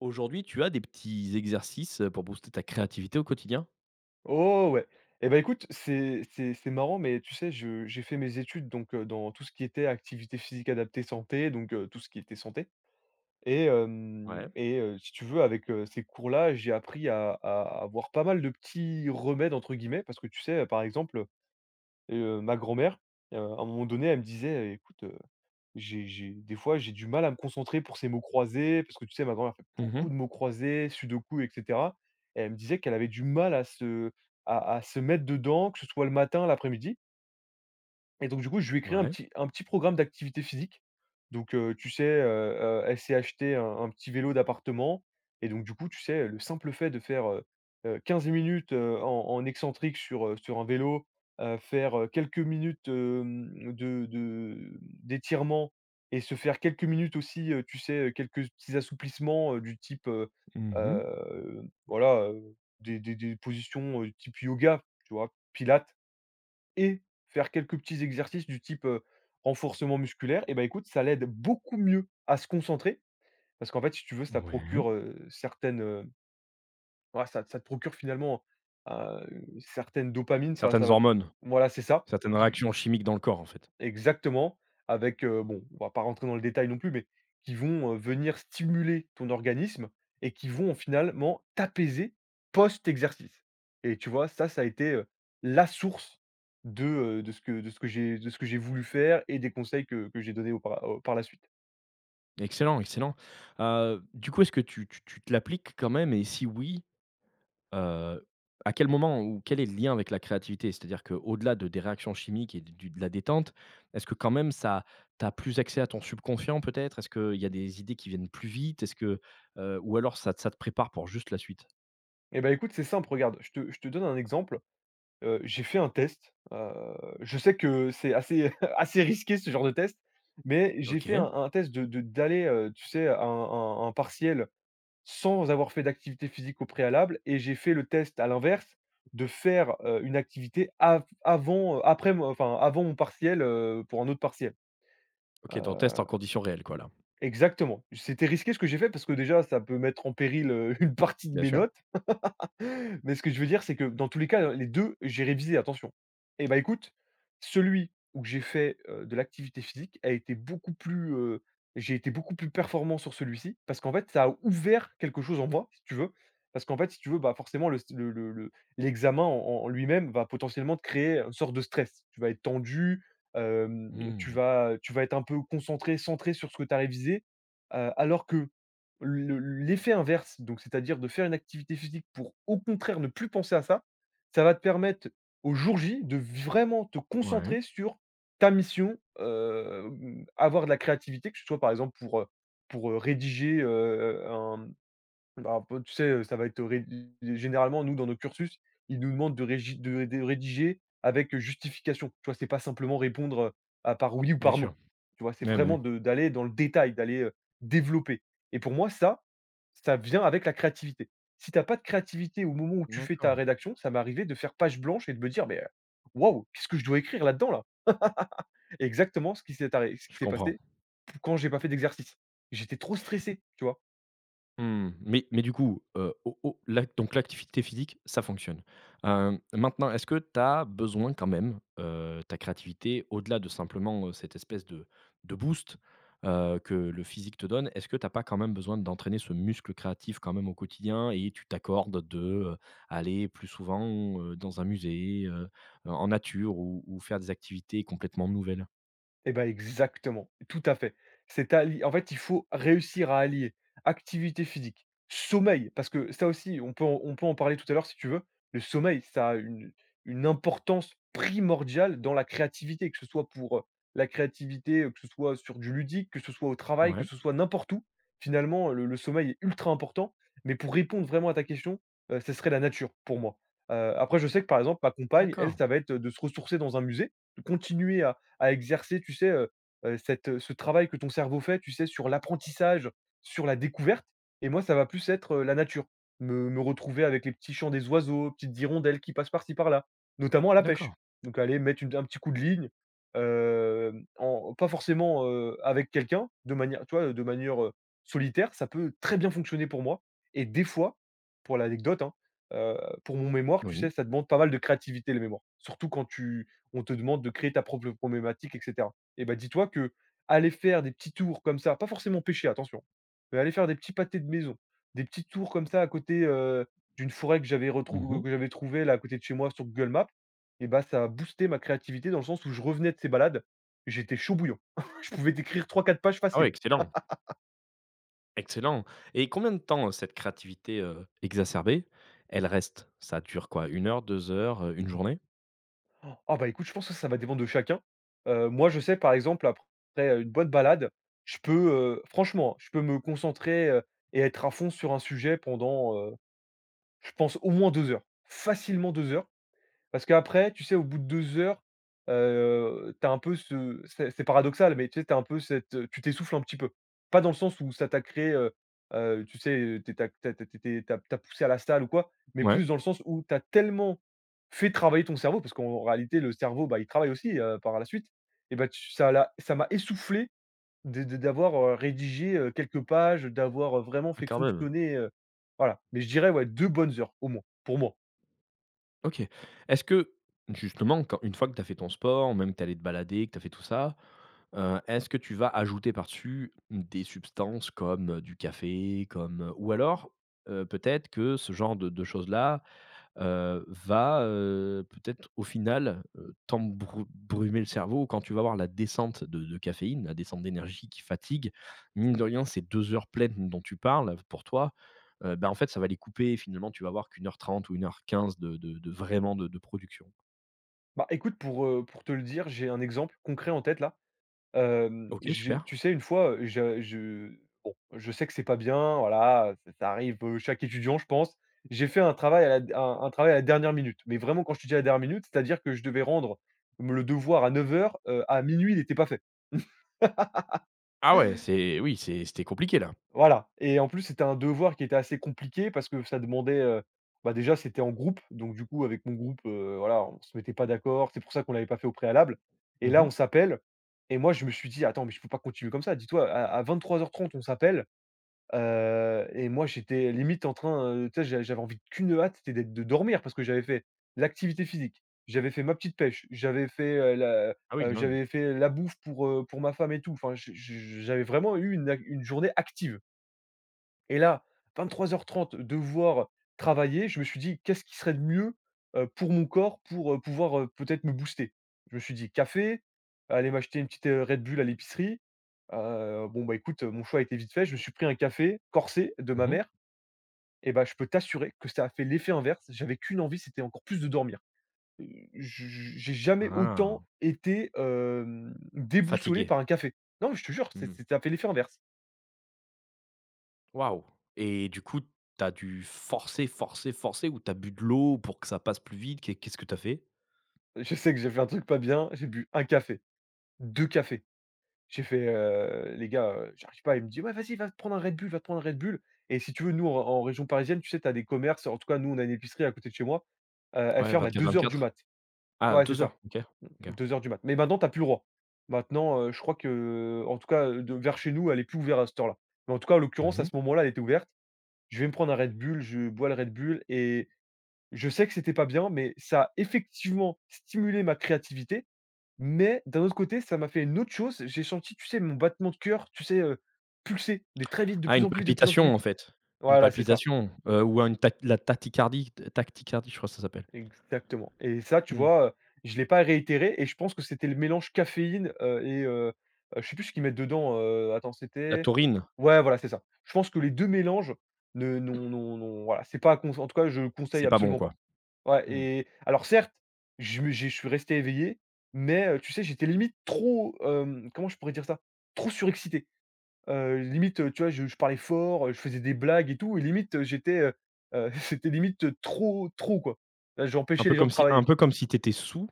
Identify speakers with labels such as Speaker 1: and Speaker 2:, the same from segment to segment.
Speaker 1: Aujourd'hui, tu as des petits exercices, pour booster ta créativité au quotidien?
Speaker 2: Oh ouais. Et ben écoute, c'est marrant, mais tu sais, je j'ai fait mes études donc dans tout ce qui était activité physique adaptée santé, donc tout ce qui était santé et hem
Speaker 1: Ouais.
Speaker 2: et heu, si tu veux, avec, ces cours-là, j'ai appris à avoir pas mal de «petits remèdes» entre guillemets parce que tu sais, par exemple, ma grand-mère, à un moment donné, elle me disait: «Écoute, j'ai des fois, j'ai du mal à me concentrer pour ces mots croisés, parce que tu sais, ma grand-mère fait
Speaker 1: Mmh.
Speaker 2: beaucoup de mots croisés, sudoku et cetera. Et elle me disait qu'elle avait du mal à se à se mettre dedans, que ce soit le matin, l'après-midi. Et donc du coup, je lui ai créé
Speaker 1: Ouais.
Speaker 2: un petit programme d'activité physique. Donc, tu sais, elle s'est acheté un petit vélo d'appartement et donc du coup, tu sais, le simple fait de faire, 15 minutes, en en excentrique sur, sur un vélo, faire, quelques minutes, de d'étirement et se faire quelques minutes aussi, tu sais, quelques petits assouplissements, du type,
Speaker 1: Mmh.
Speaker 2: voilà, des des positions, type yoga, tu vois? Pilates et faire quelques petits exercices du type, renforcement musculaire et ben écoute, ça l'aide beaucoup mieux à se concentrer. Parce qu'en fait, si tu veux, ça
Speaker 1: Ouais.
Speaker 2: procure, certaines, ouais, ça te procure finalement, certaines dopamines, enfin, ça
Speaker 1: Certaines
Speaker 2: va
Speaker 1: hormones,
Speaker 2: voilà, c'est ça,
Speaker 1: certaines
Speaker 2: qui
Speaker 1: réactions chimiques dans le corps, en fait.
Speaker 2: exactement, avec, bon, on va pas rentrer dans le détail non plus, mais qui vont, venir stimuler ton organisme et qui vont finalement t'apaiser post-exercice et tu vois? Ça a été, la source de, de ce que j'ai voulu faire et des conseils que j'ai donnés aupara au par la suite.
Speaker 1: Excellent, excellent. Du coup, est-ce que tu te l'appliques quand même et si oui, heu, à quel moment ou quel est le lien avec la créativité? C'est-à-dire qu'au-delà de des réactions chimiques et du de la détente, est-ce que quand même ça tu as plus accès à ton subconscient peut-être? Est-ce qu'il y a des idées qui viennent plus vite? Ou alors ça te prépare pour juste la suite?
Speaker 2: Et ben écoute, c'est simple, regarde, je te donne un exemple, j'ai fait un test, je sais que c'est assez assez risqué ce genre de test, mais j'ai fait
Speaker 1: OK.
Speaker 2: un test de d'aller, tu sais, à un un partiel sans avoir fait d'activité physique au préalable et j'ai fait le test à l'inverse, de faire, une activité av avant, après mon enfin avant mon partiel, pour un autre partiel. Heu,
Speaker 1: OK, donc test en conditions réelles quoi là?
Speaker 2: exactement. C'était risqué ce que j'ai fait parce que déjà ça peut mettre en péril, une partie de
Speaker 1: Bien
Speaker 2: mes
Speaker 1: sûr.
Speaker 2: notes. Mais ce que je veux dire, c'est que dans tous les cas, les 2, j'ai révisé, attention. Et bah, écoute, celui où j'ai fait, de l'activité physique a été beaucoup plus, j'ai été beaucoup plus performant sur celui-ci parce qu'en fait, ça a ouvert quelque chose en moi, si tu veux. Parce qu'en fait, si tu veux, bah, forcément le l'examen en en lui-même va potentiellement te créer une sorte de stress. Tu vas être tendu,
Speaker 1: Mmh.
Speaker 2: tu vas être un peu concentré, centré sur ce que tu as révisé, alors que le l'effet inverse, donc c'est-à-dire de faire une activité physique pour, au contraire, ne plus penser à ça, ça va te permettre au jour J de vraiment te
Speaker 1: Ouais,
Speaker 2: concentrer sur ta mission, avoir de la créativité, que ce soit par exemple pour, rédiger, un peu tu sais, ça va être rédi généralement nous dans nos cursus, ils nous demandent de rédiger avec, justification. Tu vois? C'est pas simplement répondre, à par oui ou
Speaker 1: bien
Speaker 2: par non.
Speaker 1: sûr.
Speaker 2: Tu vois? C'est
Speaker 1: Ouais, ouais.
Speaker 2: vraiment de d'aller dans le détail, d'aller, développer et pour moi ça vient avec la créativité. Si t'as pas de créativité au moment où tu fais ta
Speaker 1: D'accord.
Speaker 2: rédaction, ça m'est arrivé de faire page blanche et de me dire: «Mais, waouh, qu'est-ce que je dois écrire là-dedans, là?» Exactement ce qui s'est arré ce qui
Speaker 1: Je
Speaker 2: s'est passé
Speaker 1: comprends.
Speaker 2: p quand j'ai pas fait d'exercice. J'étais trop stressé, tu vois?
Speaker 1: Mmh, mais du coup, au au l'ac donc l'activité physique, ça fonctionne. Maintenant, est-ce que tu as besoin quand même, ta créativité au-delà de simplement, cette espèce de boost, que le physique te donne, est-ce que tu as pas quand même besoin d'entraîner ce muscle créatif quand même au quotidien et tu t'accordes de, aller plus souvent, dans un musée, en nature ou faire des activités complètement nouvelles?
Speaker 2: Et ben exactement, tout à fait. C'est alli En fait, il faut réussir à allier activité physique, sommeil, parce que ça aussi, on peut en parler tout à l'heure si tu veux. Le sommeil, ça a une importance primordiale dans la créativité, que ce soit pour, la créativité, que ce soit sur du ludique, que ce soit au travail, que
Speaker 1: Ouais,
Speaker 2: ce soit n'importe où. Finalement, le sommeil est ultra important, mais pour répondre vraiment à ta question, ce serait la nature pour moi. Après je sais que par exemple ma compagne, elle,
Speaker 1: d'accord,
Speaker 2: ça va être de se ressourcer dans un musée, de continuer à exercer, tu sais, cette, ce travail que ton cerveau fait, tu sais, sur l'apprentissage, sur la découverte et moi, ça va plus être, la nature. Me retrouver avec les petits chants des oiseaux, petites hirondelles qui passent par-ci par-là, notamment à la
Speaker 1: d'accord.
Speaker 2: pêche. Donc aller mettre une un petit coup de ligne, en pas forcément, avec quelqu'un, de manière tu vois, de manière, solitaire, ça peut très bien fonctionner pour moi et des fois, pour l'anecdote, hein, heu, pour mon mémoire, tu
Speaker 1: Oui.
Speaker 2: sais, ça demande pas mal de créativité, le mémoire. Surtout quand tu On te demande de créer ta propre problématique et cetera et bah, dis-toi que aller faire des petits tours comme ça, pas forcément pêcher attention, mais aller faire des petits pâtés de maison, des petits tours comme ça à côté, d'une forêt que j'avais retrou
Speaker 1: Mmh.
Speaker 2: que j'avais trouvée là à côté de chez moi sur Google Maps et bah, ça a boosté ma créativité dans le sens où je revenais de ces balades, j'étais chaud bouillant. Je pouvais t'écrire trois quatre pages
Speaker 1: Ah ouais,
Speaker 2: faciles.
Speaker 1: excellent! Excellent, et combien de temps, cette créativité, exacerbée, elle reste? Ça dure quoi? Une heure, 2 heures, une journée?
Speaker 2: Ah bah, écoute, je pense que ça va dépendre de chacun. Moi, je sais, par exemple, après une bonne balade, je peux, franchement, hein, je peux me concentrer, et être à fond sur un sujet pendant, je pense, au moins 2 heures, facilement 2 heures. Parce qu'après, tu sais, au bout de 2 heures, tu un peu ce c'est paradoxal, mais tu sais, t'as un peu cette, tu t'essouffles un petit peu. Pas dans le sens où ça t'a créé, tu sais, tu as poussé à la salle ou quoi, mais
Speaker 1: Ouais.
Speaker 2: plus dans le sens où t'as tellement fait travailler ton cerveau, parce qu'en réalité, le cerveau, bah, il travaille aussi, par la suite et bah, tu ça m'a essoufflé de d'avoir, rédigé, quelques pages, d'avoir, vraiment
Speaker 1: Ah
Speaker 2: fait
Speaker 1: quand même.
Speaker 2: fonctionner, voilà. Mais je dirais, ouais, 2 bonnes heures au moins, pour moi.
Speaker 1: OK. Est-ce que justement quand une fois que tu as fait ton sport, même que tu es allé te balader, que tu as fait tout ça, est-ce que tu vas ajouter par-dessus des substances comme, du café, ou alors, peut-être que ce genre de choses là, peut-être au final, t'embrou le cerveau quand tu vas avoir la descente de caféine, la descente d'énergie qui fatigue. Mine de rien, ces 2 heures pleines dont tu parles, pour toi, en fait, ça va les couper. Et finalement, tu vas avoir qu'une heure trente ou 1:15 de vraiment de production.
Speaker 2: Bah, écoute, pour te le dire, j'ai un exemple concret en tête là. Hem,
Speaker 1: OK,
Speaker 2: j'ai
Speaker 1: super.
Speaker 2: Tu sais, une fois, je bon, je sais que c'est pas bien, voilà, ça arrive, chaque étudiant, je pense. J'ai fait un travail à la dernière minute, mais vraiment quand je te dis à la dernière minute, c'est-à-dire que je devais rendre, mmh, le devoir à 9 heures à minuit il n'était pas fait.
Speaker 1: Ah ouais, c'est oui, c'était compliqué là.
Speaker 2: Voilà et en plus, c'était un devoir qui était assez compliqué parce que ça demandait, bah, déjà, c'était en groupe, donc du coup, avec mon groupe, voilà, on se mettait pas d'accord. C'est pour ça qu'on l'avait pas fait au préalable et là,
Speaker 1: Mmh.
Speaker 2: on s'appelle et moi, je me suis dit: «Attends, mais je peux pas continuer comme ça». Dis-toi, à 23:30, on s'appelle, et moi, j'étais limite en train, tu sais, j'avais envie qu'une hâte, c'était d'être de dormir parce que j'avais fait l'activité physique, j'avais fait ma petite pêche, j'avais fait, la
Speaker 1: Ah oui, quand même.
Speaker 2: j'avais fait la bouffe pour ma femme et tout. Enfin, je j'avais vraiment eu une ac une journée active. Et là, 23:30, devoir travailler, je me suis dit: «Qu'est-ce qui serait de mieux, pour mon corps pour, pouvoir, peut-être me booster?» Je me suis dit: «Café, aller m'acheter une petite, Red Bull à l'épicerie». Bon, bah, écoute, mon choix a été vite fait. Je me suis pris un café corsé de ma
Speaker 1: Mmh.
Speaker 2: mère et bah, je peux t'assurer que ça a fait l'effet inverse. J'avais qu'une envie, c'était encore plus de dormir. Heu, je J'ai jamais
Speaker 1: Ah,
Speaker 2: autant été, déboussolé
Speaker 1: fatigué.
Speaker 2: par un café. Non, mais je te jure,
Speaker 1: Mmh.
Speaker 2: c'est ça a fait l'effet inverse.
Speaker 1: Waouh! Et du coup, t'as dû forcer, forcer, forcer ou t'as bu de l'eau pour que ça passe plus vite? Qu'est-ce que t'as fait?
Speaker 2: Je sais que j'ai fait un truc pas bien, j'ai bu un café. 2 cafés. J'ai fait: Les gars, j'arrive pas». Il me dit : « Ouais, vas-y, va te prendre un Red Bull, va te prendre un Red Bull. » Et si tu veux, nous, en région parisienne, tu sais, tu as des commerces. En tout cas, nous, on a une épicerie à côté de chez moi, elle
Speaker 1: Ouais,
Speaker 2: ferme à deux heures du
Speaker 1: 24/24.
Speaker 2: mat.
Speaker 1: Ah,
Speaker 2: Ouais, c'est
Speaker 1: 2
Speaker 2: ça.
Speaker 1: heures, OK. OK.
Speaker 2: 2 heures du mat. Mais maintenant, tu plus le droit. Maintenant, je crois que, en tout cas, de vers chez nous, elle est plus ouverte à cette heure-là. Mais en tout cas, en l'occurrence, à
Speaker 1: Mmh.
Speaker 2: ce moment-là, elle était ouverte. Je vais me prendre un Red Bull, je bois le Red Bull et je sais que c'était pas bien, mais ça a effectivement stimulé ma créativité. Mais d'un autre côté, ça m'a fait une autre chose, j'ai senti, tu sais, mon battement de cœur, tu sais, pulser, mais très vite, de
Speaker 1: Ah,
Speaker 2: plus
Speaker 1: une
Speaker 2: en plus vite, de plus en plus
Speaker 1: palpitation en
Speaker 2: vite.
Speaker 1: fait? Une
Speaker 2: Voilà, c'est ça,
Speaker 1: palpitation, ou une tach la tachycardie tachycardie, je crois que ça s'appelle.
Speaker 2: exactement. Et ça, tu
Speaker 1: Mmh.
Speaker 2: vois, je ne l'ai pas réitéré et je pense que c'était le mélange caféine, et je sais plus ce qu'ils mettent dedans. Attends,
Speaker 1: La
Speaker 2: c'était
Speaker 1: taurine,
Speaker 2: ouais, voilà, c'est ça. Je pense que les 2 mélanges ne. Non non non. Voilà, c'est pas cons. En tout cas, je le conseille
Speaker 1: c'est pas bon
Speaker 2: absolument pas.
Speaker 1: quoi?
Speaker 2: Ouais,
Speaker 1: Mmh.
Speaker 2: et alors certes, je me j'ai je suis resté éveillé, mais tu sais, j'étais limite trop, comment je pourrais dire ça? Trop surexcité. Limite, tu vois, je parlais fort, je faisais des blagues et tout. Et limite, j'étais, c'était limite, trop trop, quoi.
Speaker 1: Un
Speaker 2: J'empêchais
Speaker 1: peu
Speaker 2: les gens
Speaker 1: comme
Speaker 2: de
Speaker 1: si un
Speaker 2: travailler.
Speaker 1: peu comme si t'étais étais sous?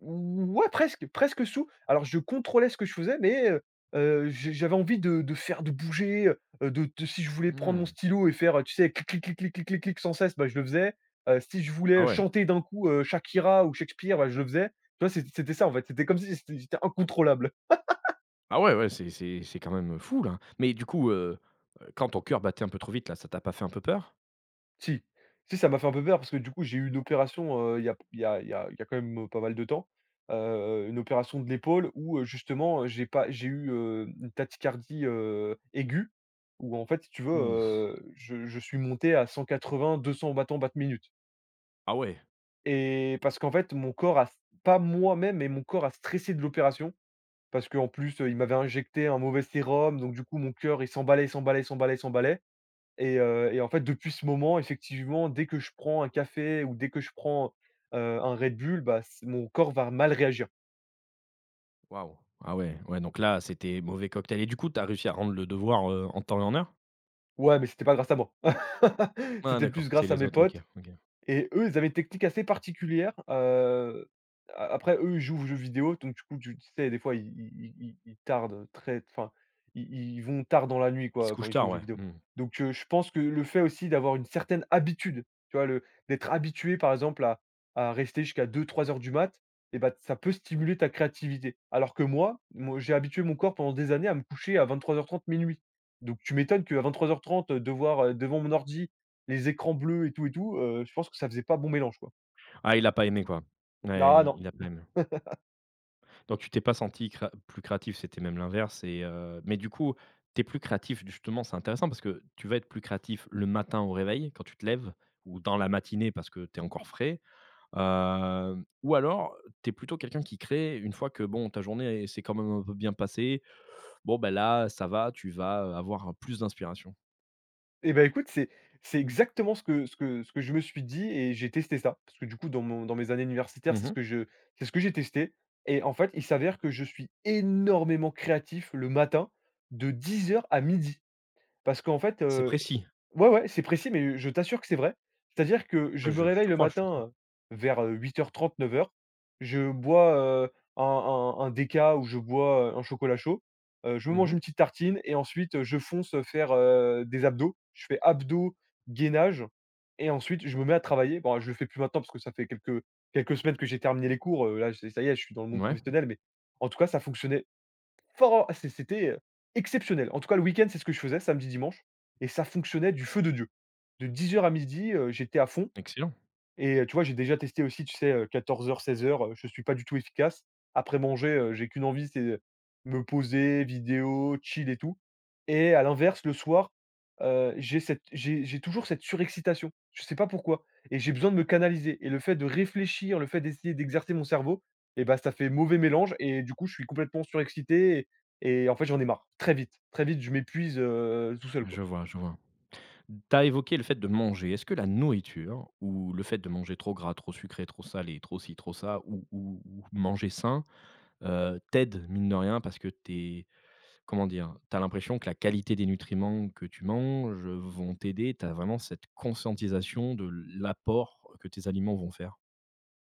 Speaker 2: Ouais, presque, presque sous. Alors je contrôlais ce que je faisais, mais je j'avais envie de faire, de bouger, de si je voulais prendre mon
Speaker 1: Mmh.
Speaker 2: stylo et faire, tu sais, clic, clic, clic, clic, clic, clic, clic sans cesse, bah, je le faisais. Si je
Speaker 1: Ah
Speaker 2: voulais
Speaker 1: ouais.
Speaker 2: chanter d'un coup, Shakira ou Shakespeare, bah, je le faisais. Tu vois, c'était ça, en fait. C'était comme si c'était j'étais incontrôlable.
Speaker 1: Ah ouais, ouais, c'est quand même fou là. Mais du coup, quand ton cœur battait un peu trop vite là, ça t'a pas fait un peu peur?
Speaker 2: Si. Si, ça m'a fait un peu peur parce que du coup, j'ai eu une opération, il y a il y a il y a il y a quand même, pas mal de temps. Une opération de l'épaule où, justement, j'ai pas j'ai eu, une tachycardie, aiguë, où en fait, si tu veux,
Speaker 1: Ouh!
Speaker 2: je suis monté à 180-200 battements par minute.
Speaker 1: Ah ouais!
Speaker 2: Et parce qu'en fait, mon corps a pas moi-même, mais mon corps a stressé de l'opération parce qu'en plus, il m'avait injecté un mauvais sérum. Donc du coup, mon cœur, il s'emballait, il s'emballait, il s'emballait, il s'emballait. Et en fait, depuis ce moment, effectivement, dès que je prends un café ou dès que je prends, un Red Bull, bah, c mon corps va mal réagir.
Speaker 1: Waouh! Ah ouais, ouais, donc là, c'était mauvais cocktail et du coup, tu as réussi à rendre le devoir, en temps et en heure?
Speaker 2: Ouais, mais c'était pas grâce à moi.
Speaker 1: Ah
Speaker 2: C'était
Speaker 1: d'accord,
Speaker 2: plus
Speaker 1: c'est
Speaker 2: grâce à
Speaker 1: les
Speaker 2: mes
Speaker 1: autres, OK,
Speaker 2: potes.
Speaker 1: OK.
Speaker 2: Et eux, ils avaient une technique assez particulière. A Après eux, ils jouent aux jeux vidéo, donc du coup, tu sais, des fois, ils tardent très ils vont tard dans la nuit,
Speaker 1: Il se
Speaker 2: quoi, quand
Speaker 1: couche
Speaker 2: ils jouent
Speaker 1: tard,
Speaker 2: aux jeux
Speaker 1: ouais,
Speaker 2: vidéo.
Speaker 1: mmh.
Speaker 2: Donc je pense que le fait aussi d'avoir une certaine habitude, tu vois, le d'être habitué, par exemple, à rester jusqu'à 2, 3 heures du mat, et ben, ça peut stimuler ta créativité. Alors que moi, j'ai habitué mon corps pendant des années à me coucher à 23h30, minuit. Donc tu m'étonnes qu'à 23h30, devoir, devant mon ordi, les écrans bleus et tout, je pense que ça faisait pas bon mélange, quoi.
Speaker 1: Ah, il a pas aimé, quoi.
Speaker 2: Ah
Speaker 1: Ouais,
Speaker 2: non.
Speaker 1: il a pas aimé. Donc tu t'es pas senti créa plus créatif, c'était même l'inverse, mais du coup, tu es plus créatif justement, c'est intéressant parce que tu vas être plus créatif le matin au réveil, quand tu te lèves ou dans la matinée parce que tu es encore frais, ou alors, tu es plutôt quelqu'un qui crée une fois que bon, ta journée, elle s'est quand même un peu bien passée. Bon, ben là, ça va, tu vas avoir plus d'inspiration.
Speaker 2: Et bah, écoute, c'est exactement ce que je me suis dit et j'ai testé ça. Parce que du coup, dans mes années universitaires,
Speaker 1: Mmh mh.
Speaker 2: c'est ce que j'ai testé. Et en fait, il s'avère que je suis énormément créatif le matin, de 10 heures à midi. Parce qu'en fait,
Speaker 1: C'est précis.
Speaker 2: ouais, ouais, c'est précis, mais je t'assure que c'est vrai. C'est-à-dire que
Speaker 1: Ah,
Speaker 2: je me
Speaker 1: je
Speaker 2: réveille
Speaker 1: te
Speaker 2: le
Speaker 1: crois, je te crois.
Speaker 2: matin, vers, 8h30, 9 heures. Je bois, heu, un déca, ou je bois, un chocolat chaud. Je me
Speaker 1: Mmh
Speaker 2: mange
Speaker 1: mh.
Speaker 2: une petite tartine et ensuite, je fonce faire, des abdos. Je fais abdos, gainage et ensuite je me mets à travailler. Bon, je le fais plus maintenant parce que ça fait quelques semaines que j'ai terminé les cours, là, c'est ça y est, je suis dans le monde
Speaker 1: Ouais,
Speaker 2: professionnel, mais en tout cas, ça fonctionnait for c'est c'était, exceptionnel. En tout cas, le week-end, c'est ce que je faisais, samedi, dimanche, et ça fonctionnait du feu de Dieu. De dix heures à midi, j'étais à fond.
Speaker 1: excellent.
Speaker 2: Et tu vois, j'ai déjà testé aussi, tu sais, heures, 1600 heures. Je suis pas du tout efficace. Après manger, j'ai qu'une envie, c'est, me poser, vidéo, chill et tout. Et à l'inverse, le soir, j'ai toujours cette surexcitation. Je sais pas pourquoi, et j'ai besoin de me canaliser, et le fait de réfléchir, le fait d'essayer d'exercer mon cerveau, et bah, ça fait mauvais mélange et du coup, je suis complètement surexcité. Et en fait, j'en ai marre. Très vite, très vite, je m'épuise, tout seul,
Speaker 1: Bah,
Speaker 2: quoi.
Speaker 1: je vois, je vois. Mmh. Tu as évoqué le fait de manger. Est-ce que la nourriture ou le fait de manger trop gras, trop sucré, trop salé, trop ci, trop ça ou ou manger sain, t'aide mine de rien parce que t'es comment dire? T'as l'impression que la qualité des nutriments que tu manges vont t'aider. T'as vraiment cette conscientisation de l'apport que tes aliments vont faire?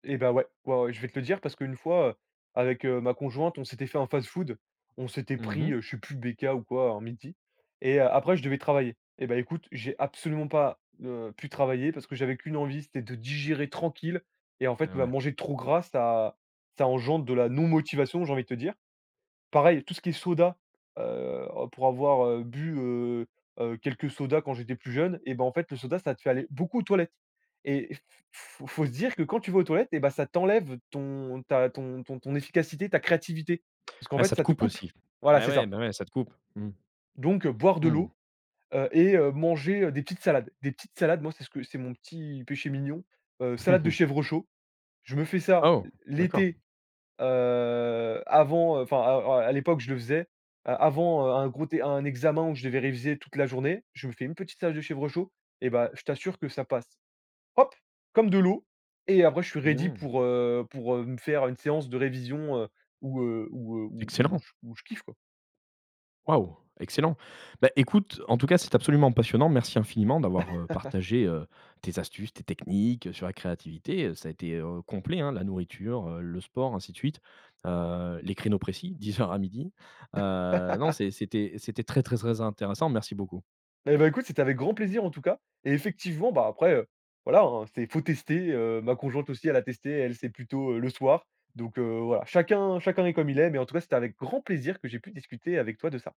Speaker 2: Et bah, ouais, ouais, ouais, je vais te le dire, parce qu'une fois, avec, ma conjointe, on s'était fait un fast-food. On s'était
Speaker 1: Mmh
Speaker 2: pris,
Speaker 1: mh.
Speaker 2: je sais plus BK ou quoi, un midi, et après je devais travailler. Et bah, écoute, j'ai absolument pas, pu travailler parce que j'avais qu'une envie, c'était de digérer tranquille. Et en fait,
Speaker 1: Ah
Speaker 2: bah,
Speaker 1: ouais.
Speaker 2: manger trop gras, ça engendre de la non motivation, j'ai envie de te dire. Pareil, tout ce qui est soda, heu, pour avoir, bu quelques sodas quand j'étais plus jeune, et ben en fait, le soda, ça te fait aller beaucoup aux toilettes. Et f Faut se dire que quand tu vas aux toilettes, et ben ça t'enlève ton efficacité, ta créativité. Parce qu'en
Speaker 1: Ah,
Speaker 2: fait,
Speaker 1: ça te
Speaker 2: ça te
Speaker 1: coupe
Speaker 2: coupe.
Speaker 1: aussi.
Speaker 2: Voilà,
Speaker 1: Ah
Speaker 2: c'est
Speaker 1: ouais,
Speaker 2: ça.
Speaker 1: bah ouais, ça te coupe. Mmh.
Speaker 2: Donc boire de l'eau,
Speaker 1: Mmh.
Speaker 2: et manger, des petites salades. Des petites salades, moi, c'est ce que c'est mon petit péché mignon, salade de chèvre chaud. Je me fais ça
Speaker 1: Oh, d'accord.
Speaker 2: l'été. À l'époque, je le faisais, a avant, un gros té un examen où je devais réviser toute la journée, je me fais une petite salade de chèvre chaud, et bah, je t'assure que ça passe, hop, comme de l'eau. Et après je suis ready
Speaker 1: Mmh.
Speaker 2: pour, me faire une séance de révision,
Speaker 1: Excellent.
Speaker 2: où je kiffe, quoi.
Speaker 1: Waouh, excellent. Bah, écoute, en tout cas, c'est absolument passionnant. Merci infiniment d'avoir, partagé, tes astuces, tes techniques, sur la créativité. Ça a été, complet, hein, la nourriture, le sport, ainsi de suite. Les créneaux précis, 10:00 à midi. Non, c'est c'était très, très, très intéressant. Merci beaucoup.
Speaker 2: Eh ben écoute, c'était avec grand plaisir en tout cas. Et effectivement, bah, après, voilà, hein, c'est faut tester, ma conjointe aussi elle a testé, elle, c'est plutôt, le soir. Donc voilà, chacun est comme il est, mais en tout cas, c'était avec grand plaisir que j'ai pu discuter avec toi de ça.